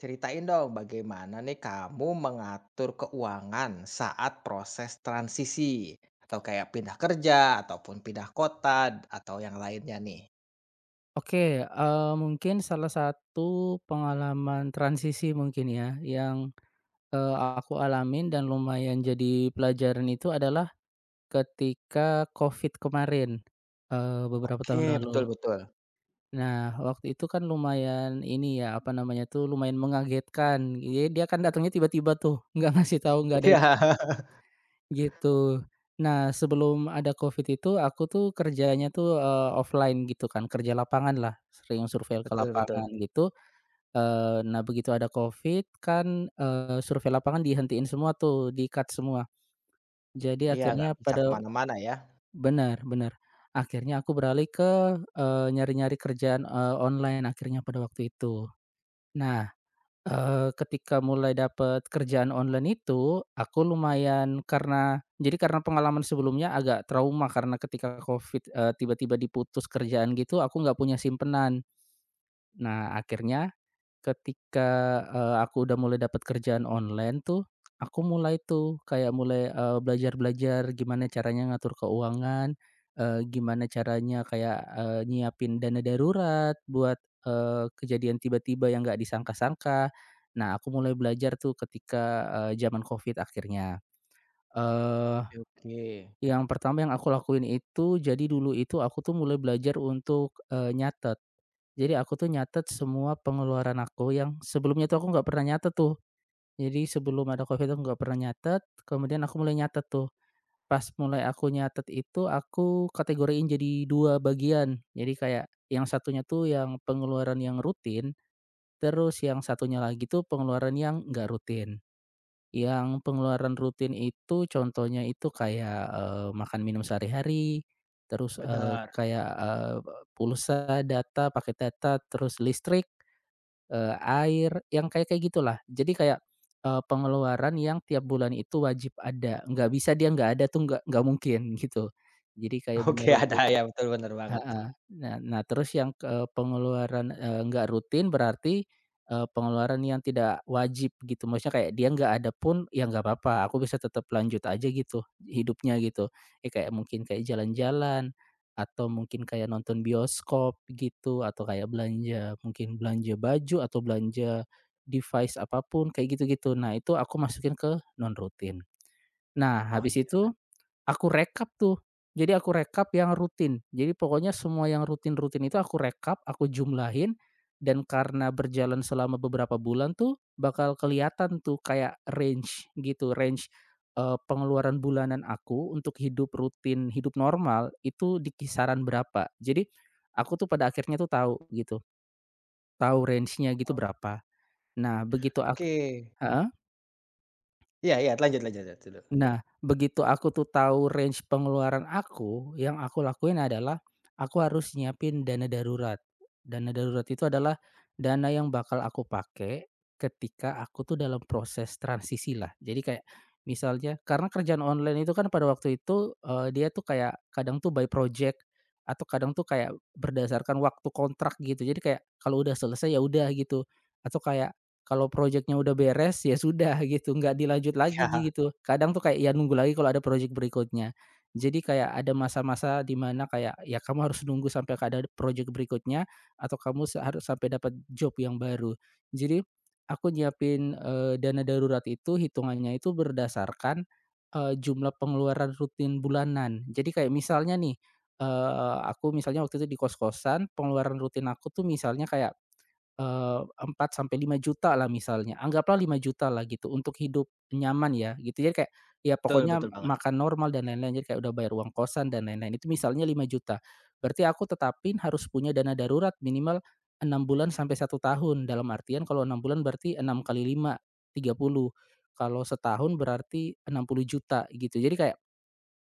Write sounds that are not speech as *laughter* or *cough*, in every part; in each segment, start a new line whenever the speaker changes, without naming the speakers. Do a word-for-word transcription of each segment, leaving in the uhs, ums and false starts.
Ceritain dong bagaimana nih kamu mengatur keuangan saat proses transisi, atau kayak pindah kerja, ataupun pindah kota, atau yang lainnya nih?
Oke, eee, mungkin salah satu pengalaman transisi mungkin ya, yang, eee, aku alamin dan lumayan jadi pelajaran itu adalah ketika Covid kemarin, eee, beberapa tahun
Oke,
lalu.
betul betul.
Nah, waktu itu kan lumayan ini ya, apa namanya tuh, lumayan mengagetkan. Jadi dia kan datangnya tiba-tiba tuh, *laughs* nggak ngasih tahu, nggak ada
Iya,
gitu. Nah, sebelum ada Covid itu aku tuh kerjanya tuh, eee, offline gitu kan, kerja lapangan lah, sering survei
*laughs*
ke
betul betul.
lapangan gitu. Eee, nah begitu ada Covid kan, eee, survei lapangan dihentiin semua tuh, di-cut semua. Jadi
Iya, nggak
akhirnya
bisa
pada
kemana-mana ya.
benar benar. Akhirnya aku beralih ke, eee, nyari-nyari kerjaan, eee, online akhirnya pada waktu itu. Nah, eee, ketika mulai dapat kerjaan online itu, aku lumayan karena jadi karena pengalaman sebelumnya agak trauma karena ketika Covid, eee, tiba-tiba diputus kerjaan gitu, aku nggak punya simpenan. Nah akhirnya ketika, eee, aku udah mulai dapat kerjaan online tuh, aku mulai tuh kayak mulai, eee, belajar-belajar gimana caranya ngatur keuangan, eee, gimana caranya kayak, eee, nyiapin dana darurat buat, eee, kejadian tiba-tiba yang nggak disangka-sangka. Nah, aku mulai belajar tuh ketika, eee, zaman Covid akhirnya. Eee,
Oke oke,
yang pertama yang aku lakuin itu, jadi dulu itu aku tuh mulai belajar untuk, eee, nyatet. Jadi aku tuh nyatet semua pengeluaran aku yang sebelumnya tuh aku nggak pernah nyatet tuh. Jadi sebelum ada Covid aku nggak pernah nyatet, kemudian aku mulai nyatet tuh. Pas mulai aku nyatet itu aku kategoriin jadi dua bagian. Jadi kayak yang satunya tuh yang pengeluaran yang rutin, terus yang satunya lagi tuh pengeluaran yang nggak rutin. Yang pengeluaran rutin itu contohnya itu kayak, eee, makan minum sehari-hari, terus, eee,
benar.
kayak, eee, pulsa, data, paket data, terus listrik. Eee, air, yang kayak-kayak gitulah. Jadi kayak, eee, pengeluaran yang tiap bulan itu wajib ada, nggak bisa dia nggak ada tuh nggak nggak mungkin gitu. Jadi kayak
Oke,
bener
*laughs* ada
untuk.
ya, betul benar banget.
Heeh. Nah nah terus yang ke pengeluaran, eee, nggak rutin berarti, eee, pengeluaran yang tidak wajib gitu, maksudnya kayak dia nggak ada pun, ya nggak apa-apa, aku bisa tetap lanjut aja gitu hidupnya gitu. Ya kayak mungkin kayak jalan-jalan, atau mungkin kayak nonton bioskop gitu, atau kayak belanja mungkin belanja baju atau belanja device apa pun kayak gitu-gitu. Nah itu aku masukin ke non rutin. Nah
Oh
habis
iya,
itu aku rekap tuh. Jadi aku rekap yang rutin. Jadi pokoknya semua yang rutin-rutin itu aku rekap, aku jumlahin, dan karena berjalan selama beberapa bulan tuh, bakal kelihatan tuh kayak range gitu, range, eee, pengeluaran bulanan aku untuk hidup rutin, hidup normal, itu di kisaran berapa. Jadi, aku tuh pada akhirnya tuh tahu gitu, tahu range-nya gitu berapa. Nah begitu aku.
oke. Iya iya, lanjut lanjut lanjut dulu.
Nah, begitu aku tuh tahu range pengeluaran aku, yang aku lakuin adalah aku harus nyiapin dana darurat. Dana darurat itu adalah dana yang bakal aku pakai ketika aku tuh dalam proses transisi lah. Jadi kayak misalnya karena kerjaan online itu kan pada waktu itu, eee, dia tuh kayak kadang tuh by project atau kadang tuh kayak berdasarkan waktu kontrak gitu. Jadi kayak kalau udah selesai ya udah gitu, atau kayak kalau projeknya udah beres, ya sudah gitu, nggak dilanjut lagi
Iya,
gitu. Kadang tuh kayak ya nunggu lagi kalau ada project berikutnya. Jadi kayak ada masa-masa di mana kayak ya kamu harus nunggu sampai ada project berikutnya atau kamu sa harus sampai dapat job yang baru. Jadi aku nyiapin, eee, dana darurat itu hitungannya itu berdasarkan, eee, jumlah pengeluaran rutin bulanan. Jadi kayak misalnya nih, eee, aku misalnya waktu itu di kos-kosan, pengeluaran rutin aku tuh misalnya kayak Eee, empat sampai lima juta lah misalnya, anggaplah lima juta lah gitu untuk hidup nyaman ya gitu jadi kayak, ya
betul
pokoknya
betul banget.
makan normal dan lain-lain jadi kayak udah bayar uang kosan dan lain-lain itu misalnya lima juta. Berarti aku tetapin harus punya dana darurat minimal enam bulan sampai satu tahun dalam artian kalau enam bulan berarti enam kali lima tiga puluh, kalau setahun berarti enam puluh juta gitu jadi kayak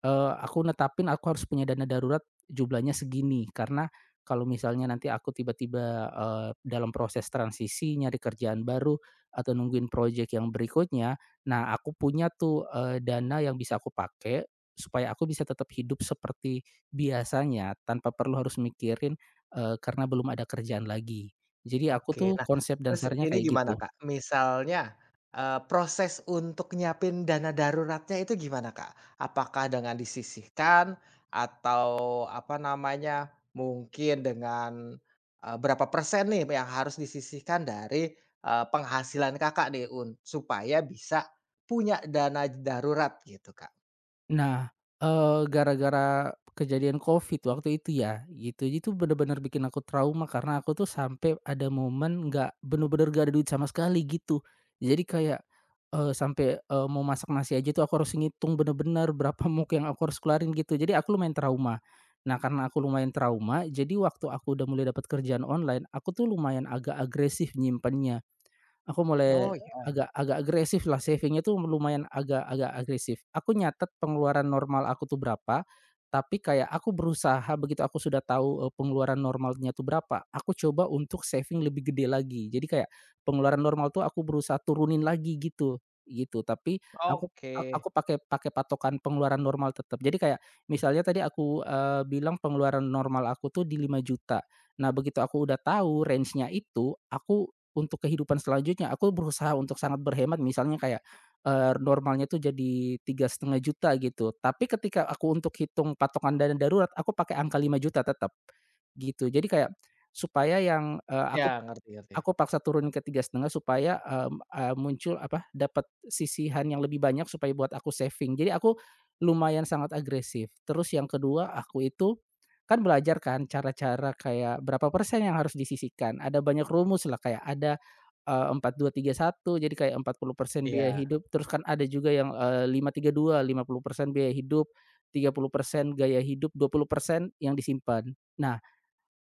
Eee, aku netapin aku harus punya dana darurat jumlahnya segini, karena kalau misalnya nanti aku tiba-tiba, eee, dalam proses transisi nyari kerjaan baru atau nungguin project yang berikutnya, nah aku punya tuh, eee, dana yang bisa aku pakai supaya aku bisa tetap hidup seperti biasanya tanpa perlu harus mikirin, eee, karena belum ada kerjaan lagi. Jadi aku tuh
Oke. Nah,
konsep
terus
dasarnya
ini
kayak
gimana,
gitu.
Kak? Misalnya, eee, proses untuk nyiapin dana daruratnya itu gimana, Kak? Apakah dengan disisihkan, atau apa namanya, mungkin dengan, eee, berapa persen nih yang harus disisihkan dari, eee, penghasilan Kakak nih un supaya bisa punya dana darurat gitu, Kak?
Nah, eee, gara-gara kejadian Covid waktu itu ya, gitu, itu bener-bener bikin aku trauma karena aku tuh sampai ada momen nggak bener-bener gak ada duit sama sekali, gitu. Jadi kayak, eee, sampai, eee, mau masak nasi aja tuh aku harus ngitung bener-bener berapa *laughs* muk yang aku harus keluarin gitu, jadi aku lumayan trauma. Nah, karena aku lumayan trauma, jadi waktu aku udah mulai dapat kerjaan online, aku tuh lumayan agak agresif nyimpennya. Aku mulai
Oh, ya.
agak agak agresif lah, savingnya tuh lumayan agak agak agresif. Aku nyatet pengeluaran normal aku tuh berapa, tapi kayak aku berusaha begitu aku sudah tahu, eee, pengeluaran normalnya tuh berapa, aku coba untuk saving lebih gede lagi. Jadi kayak pengeluaran normal tuh aku berusaha turunin lagi gitu, gitu. Tapi aku
Oke.
a aku pakai pakai patokan pengeluaran normal tetap. Jadi kayak misalnya tadi aku, eee, bilang pengeluaran normal aku tuh di lima juta. Nah begitu aku udah tahu range-nya itu, aku untuk kehidupan selanjutnya aku berusaha untuk sangat berhemat misalnya kayak, eee, normalnya tuh jadi tiga setengah juta gitu, tapi ketika aku untuk hitung patokan dana darurat aku pakai angka lima juta tetap, gitu. Jadi kayak supaya yang, eee,
Ya,
aku
ngerti ngerti.
Aku paksa turun ke tiga setengah supaya, mmm, eee, muncul apa, dapat sisihan yang lebih banyak supaya buat aku saving. Jadi aku lumayan sangat agresif. Terus yang kedua, aku itu kan belajar kan cara-cara kayak berapa persen yang harus disisihkan. Ada banyak rumus lah kayak ada, eee, empat, dua, tiga, satu, jadi kayak empat puluh persen biaya
Iya.
hidup, terus kan ada juga yang, eh, lima tiga dua, lima puluh persen biaya hidup, tiga puluh persen gaya hidup, dua puluh persen yang disimpan. Nah,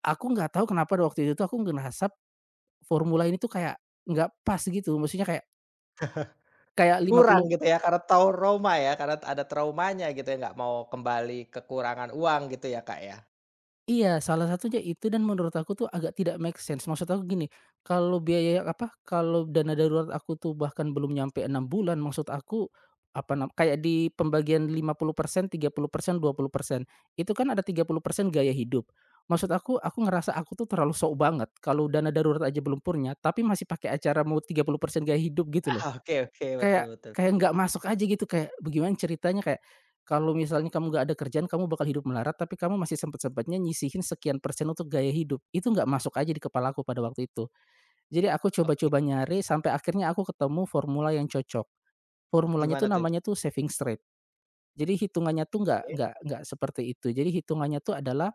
aku nggak tahu kenapa waktu itu tuh aku ngerasa formula ini tuh kayak nggak pas gitu, maksudnya kayak kayak lima puluh,
Kurang gitu ya, karena tahu Roma ya, karena ada traumanya gitu ya, nggak mau kembali kekurangan uang gitu ya, Kak, ya?
iya, salah satunya itu dan menurut aku tuh agak tidak make sense. Maksud aku gini, kalau biaya apa, kalau dana darurat aku tuh bahkan belum nyampe enam bulan, maksud aku, apa nam kayak di pembagian lima puluh puluh persen, persen, tiga puluh persen, dua puluh persen, itu kan ada tiga puluh persen gaya hidup. Maksud aku, aku ngerasa aku tuh terlalu sok banget kalau dana darurat aja belum purnya, tapi masih pakai acara mau tiga puluh persen gaya hidup gitu
Ah,
loh.
oke oke, betul
Kayak
betul.
kayak nggak masuk aja gitu, kayak bagaimana ceritanya kayak, kalau misalnya kamu nggak ada kerjaan, kamu bakal hidup melarat, tapi kamu masih sempet-sempatnya nyisihin sekian persen untuk gaya hidup. Itu nggak masuk aja di kepala aku pada waktu itu. Jadi aku
Oke,
coba-coba nyari sampai akhirnya aku ketemu formula yang cocok. Formulanya
gimana
tuh
tuh?
namanya tuh saving straight. Jadi hitungannya tuh
Oke
nggak nggak nggak seperti itu. Jadi hitungannya tuh adalah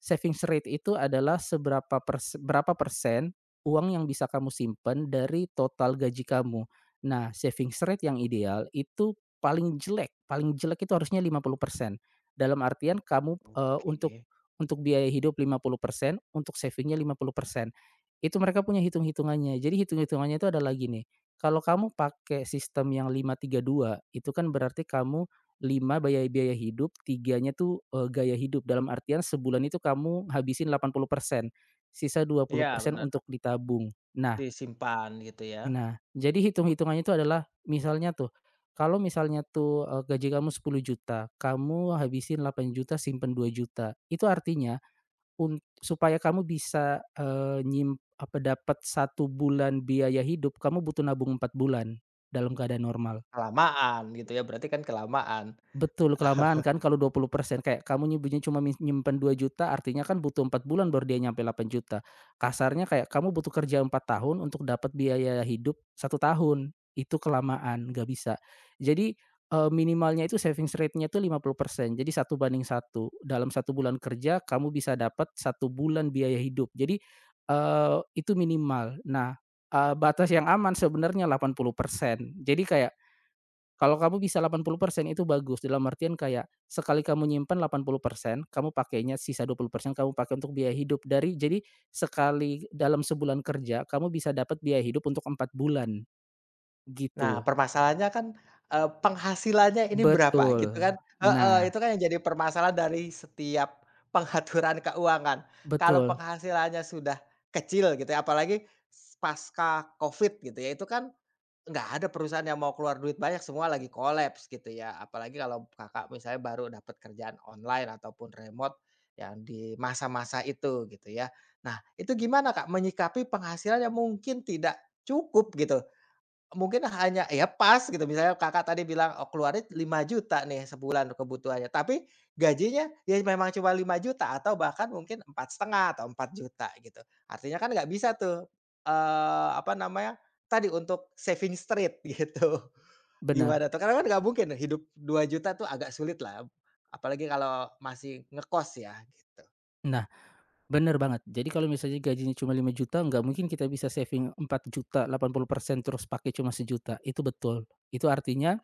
savings rate itu adalah seberapa pers berapa persen uang yang bisa kamu simpan dari total gaji kamu. Nah, savings rate yang ideal itu paling jelek paling jelek itu harusnya lima puluh persen. Dalam artian kamu, eee, untuk
oke.
untuk biaya hidup lima puluh persen, untuk savingnya lima puluh persen. Itu mereka punya hitung-hitungannya. Jadi hitung-hitungannya itu adalah gini, kalau kamu pakai sistem yang lima tiga dua, itu kan berarti kamu lima biaya biaya hidup, tiganya tuh, eee, gaya hidup. Dalam artian sebulan itu kamu habisin delapan puluh persen, sisa
Iya
dua puluh persen
bener,
untuk ditabung. Nah
disimpan gitu ya,
nah, jadi hitung-hitungannya itu adalah misalnya tuh, kalau misalnya tuh, eee, gaji kamu sepuluh juta, kamu habisin delapan juta, simpen dua juta. Itu artinya, un supaya kamu bisa, eee, nyim apa, dapat satu bulan biaya hidup, kamu butuh nabung empat bulan dalam keadaan normal.
kelamaan gitu ya, berarti kan kelamaan.
Betul, kelamaan kan, kalau dua puluh persen kayak kamu nyebutnya cuma mi nyimpen dua juta rupiah, artinya kan butuh empat bulan baru dia nyampe delapan juta. Kasarnya kayak kamu butuh kerja empat tahun untuk dapat biaya hidup satu tahun, itu kelamaan, nggak bisa. Jadi, eee, minimalnya itu savings rate-nya itu lima puluh persen, jadi satu banding satu. Dalam satu bulan kerja kamu bisa dapat satu bulan biaya hidup. Jadi, eee, itu minimal. Nah, eee, batas yang aman sebenarnya delapan puluh persen. Jadi kayak kalau kamu bisa delapan puluh persen itu bagus, dalam artian kayak sekali kamu nyimpen delapan puluh persen kamu pakainya, sisa dua puluh persen kamu pakai untuk biaya hidup, dari jadi sekali dalam sebulan kerja kamu bisa dapat biaya hidup untuk empat bulan,
Nah
gitu.
permasalahannya kan, eee, penghasilannya ini berapa
Betul.
gitu kan heeh,
Nah,
itu kan yang jadi permasalahan dari setiap pengaturan keuangan. Kalau
betul,
penghasilannya sudah kecil gitu ya, apalagi s pasca Covid gitu ya, itu kan nggak ada perusahaan yang mau keluar duit banyak, semua lagi kolaps gitu ya. Apalagi kalau Kakak misalnya baru dapat kerjaan online ataupun remote yang di masa-masa itu gitu ya. Nah, itu gimana Kak menyikapi penghasilan yang mungkin tidak cukup gitu. Mungkin hanya ya pas gitu misalnya Kakak tadi bilang, oh keluarin lima juta nih sebulan kebutuhannya, tapi gajinya ya memang cuma lima juta atau bahkan mungkin empat setengah atau empat juta gitu. Artinya kan nggak bisa tuh, eee, apa namanya, tadi untuk saving straight *laughs* gitu.
benar.
Gimana tuh? Karena kan nggak mungkin hidup dua juta tuh agak sulit lah, apalagi kalau masih ngekos ya gitu.
Nah, benar banget. Jadi kalau misalnya gajinya cuma lima juta nggak mungkin kita bisa saving empat juta rupiah, delapan puluh persen terus pakai cuma sejuta, itu betul. Itu artinya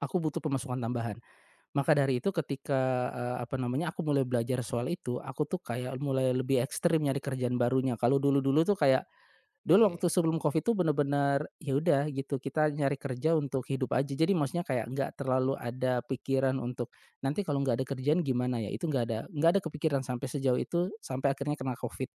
aku butuh pemasukan tambahan. Maka dari itu ketika, eee, apa namanya, aku mulai belajar soal itu, aku tuh kayak mulai lebih ekstrim nyari kerjaan barunya. Kalau dulu-dulu tuh kayak dulu waktu
Oke,
sebelum Covid tuh bener-bener, ya udah gitu kita nyari kerja untuk hidup aja. Jadi maksudnya kayak nggak terlalu ada pikiran untuk, nanti kalau nggak ada kerjaan gimana ya? Itu nggak ada nggak ada kepikiran sampai sejauh itu, sampai akhirnya kena Covid,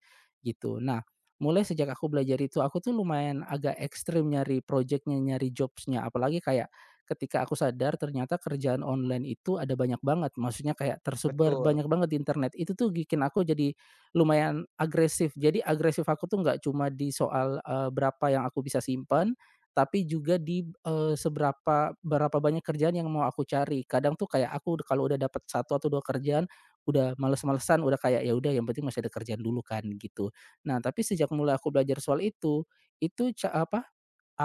gitu. Nah, mulai sejak aku belajar itu, aku tuh lumayan agak ekstrim nyari projectnya nyari jobsnya. Apalagi kayak ketika aku sadar ternyata kerjaan online itu ada banyak banget, maksudnya kayak tersebar
betul.
banyak banget di internet. Itu tuh bikin aku jadi lumayan agresif. Jadi agresif aku tuh nggak cuma di soal, eee, berapa yang aku bisa simpan, tapi juga di, eee, seberapa berapa banyak kerjaan yang mau aku cari. Kadang tuh kayak aku udah kalau udah dapat satu atau dua kerjaan, udah males-malesan, udah kayak, "Ya udah yang penting masih ada kerjaan dulu kan," gitu. Nah, tapi sejak mulai aku belajar soal itu, itu ca apa,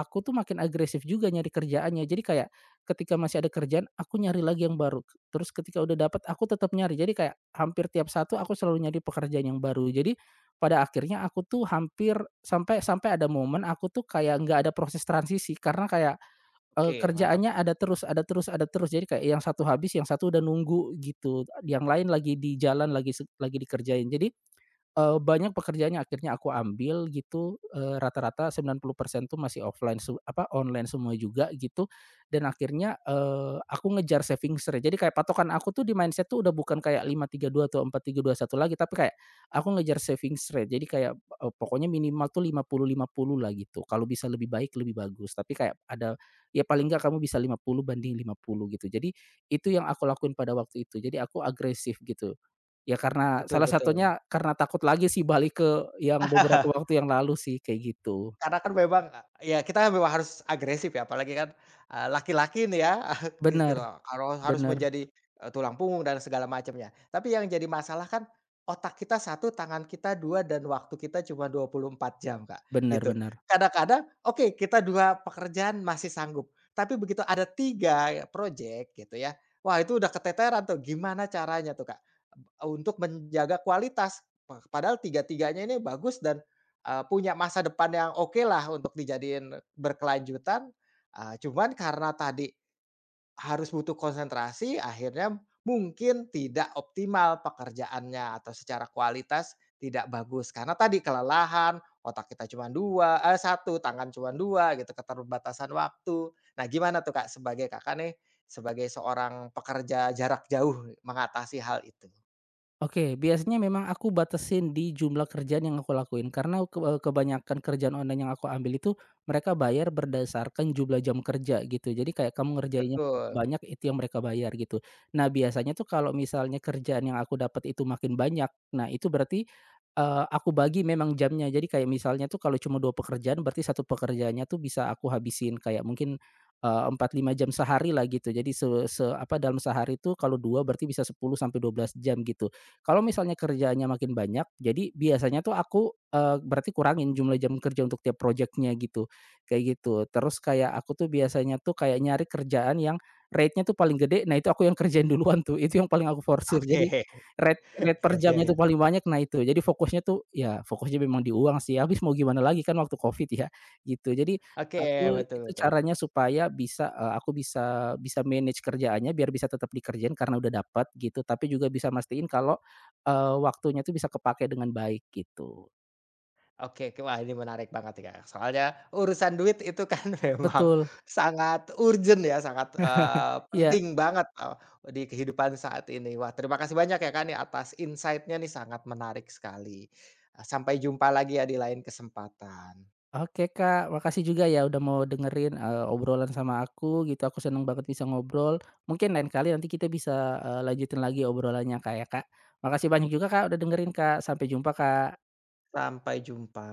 aku tuh makin agresif juga nyari kerjaannya. Jadi kayak ketika masih ada kerjaan, aku nyari lagi yang baru. Terus ketika udah dapat, aku tetap nyari. Jadi kayak hampir tiap satu aku selalu nyari pekerjaan yang baru. Jadi pada akhirnya aku tuh hampir sampai sampai ada momen aku tuh kayak nggak ada proses transisi karena kayak, eee,
Oke, mantap
kerjaannya
sih.
ada terus ada terus ada terus. Jadi kayak yang satu habis, yang satu udah nunggu gitu, yang lain lagi di jalan, lagi se lagi dikerjain. Jadi Eee, banyak pekerjaannya akhirnya aku ambil gitu, eee, rata-rata sembilan puluh persen tuh masih offline su apa, online semua juga gitu, dan akhirnya, eee, aku ngejar savings rate. Jadi kayak patokan aku tuh di mindset tuh udah bukan kayak lima tiga dua atau empat tiga dua satu lagi, tapi kayak aku ngejar savings rate. Jadi kayak, eee, pokoknya minimal tuh lima puluh lima puluh lah gitu. Kalau bisa lebih baik lebih bagus, tapi kayak ada ya paling nggak kamu bisa lima puluh banding lima puluh gitu. Jadi itu yang aku lakuin pada waktu itu. Jadi aku agresif gitu. Ya karena
Betul
salah
betul.
satunya karena takut lagi sih balik ke yang beberapa
*laughs*
waktu yang lalu sih, kayak gitu.
Karena kan memang, ya kita memang harus agresif ya, apalagi kan, eee, laki-laki nih ya, *laughs* gitu
Bener
kalau harus
bener
menjadi, eee, tulang punggung dan segala macamnya. Tapi yang jadi masalah kan otak kita satu, tangan kita dua, dan waktu kita cuma dua puluh empat jam, Kak,
bener
gitu.
bener.
Kadang-kadang oke, kita dua pekerjaan masih sanggup, tapi begitu ada tiga ya project gitu ya, wah itu udah keteteran tuh, gimana caranya tuh, Kak, untuk menjaga kualitas, padahal tiga-tiganya ini bagus dan Eee, punya masa depan yang oke lah untuk dijadiin berkelanjutan, eee, cuman karena tadi harus butuh konsentrasi akhirnya mungkin tidak optimal pekerjaannya atau secara kualitas tidak bagus karena tadi kelelahan, otak kita cuma dua, eh, satu, tangan cuma dua, gitu, keterbatasan waktu. Nah gimana tuh, Kak, sebagai Kakak nih, sebagai seorang pekerja jarak jauh mengatasi hal itu?
Oke, biasanya memang aku batasin di jumlah kerjaan yang aku lakuin karena ke eh, kebanyakan kerjaan online yang aku ambil itu mereka bayar berdasarkan jumlah jam kerja gitu. Jadi kayak kamu ngerjainnya berapa
Betul,
banyak itu yang mereka bayar gitu. Nah biasanya tuh kalau misalnya kerjaan yang aku dapat itu makin banyak, nah itu berarti, eee, aku bagi memang jamnya. Jadi kayak misalnya tuh kalau cuma dua pekerjaan berarti satu pekerjaannya tuh bisa aku habisin kayak mungkin, eee, empat, lima jam sehari lah gitu. Jadi se se apa, dalam sehari itu kalau dua berarti bisa sepuluh sampai dua belas jam gitu. Kalau misalnya kerjaannya makin banyak, jadi biasanya tuh aku, eee, berarti kurangin jumlah jam kerja untuk tiap projeknya gitu, kayak gitu. Terus kayak aku tuh biasanya tuh kayak nyari kerjaan yang rate-nya tuh paling gede, nah itu aku yang *laughs* kerjain duluan tuh, itu yang paling aku forsir.
oke.
Jadi
*laughs*
rate rate per
Ya ya
jamnya
ya.
tuh paling banyak, nah itu. Jadi fokusnya tuh ya fokusnya memang di uang sih, habis mau gimana lagi kan waktu Covid ya, gitu. Jadi
Oke,
aku
betul
itu
betul.
caranya supaya bisa, eee, aku bisa bisa manage kerjaannya biar bisa tetap dikerjain karena udah dapat gitu, tapi juga bisa mastiin kalau Eee, waktunya tuh bisa kepakai dengan baik gitu.
Oke oke, wah ini menarik banget ya Kak. Soalnya urusan duit itu kan *laughs* memang
Betul.
sangat urgent ya, sangat, eee,
Iya.
penting banget, eee, di kehidupan saat ini. Wah terima kasih banyak ya, Kak, nih atas insight-nya nih sangat menarik sekali. Sampai jumpa lagi ya di lain kesempatan.
Oke, Kak, makasih juga ya udah mau dengerin, eee, obrolan sama aku gitu. Aku seneng banget bisa ngobrol. Mungkin lain kali nanti kita bisa, eee, lanjutin lagi obrolannya, Kak, ya, Kak. Makasih banyak juga, Kak, udah dengerin, Kak. Sampai jumpa, Kak.
Sampai jumpa.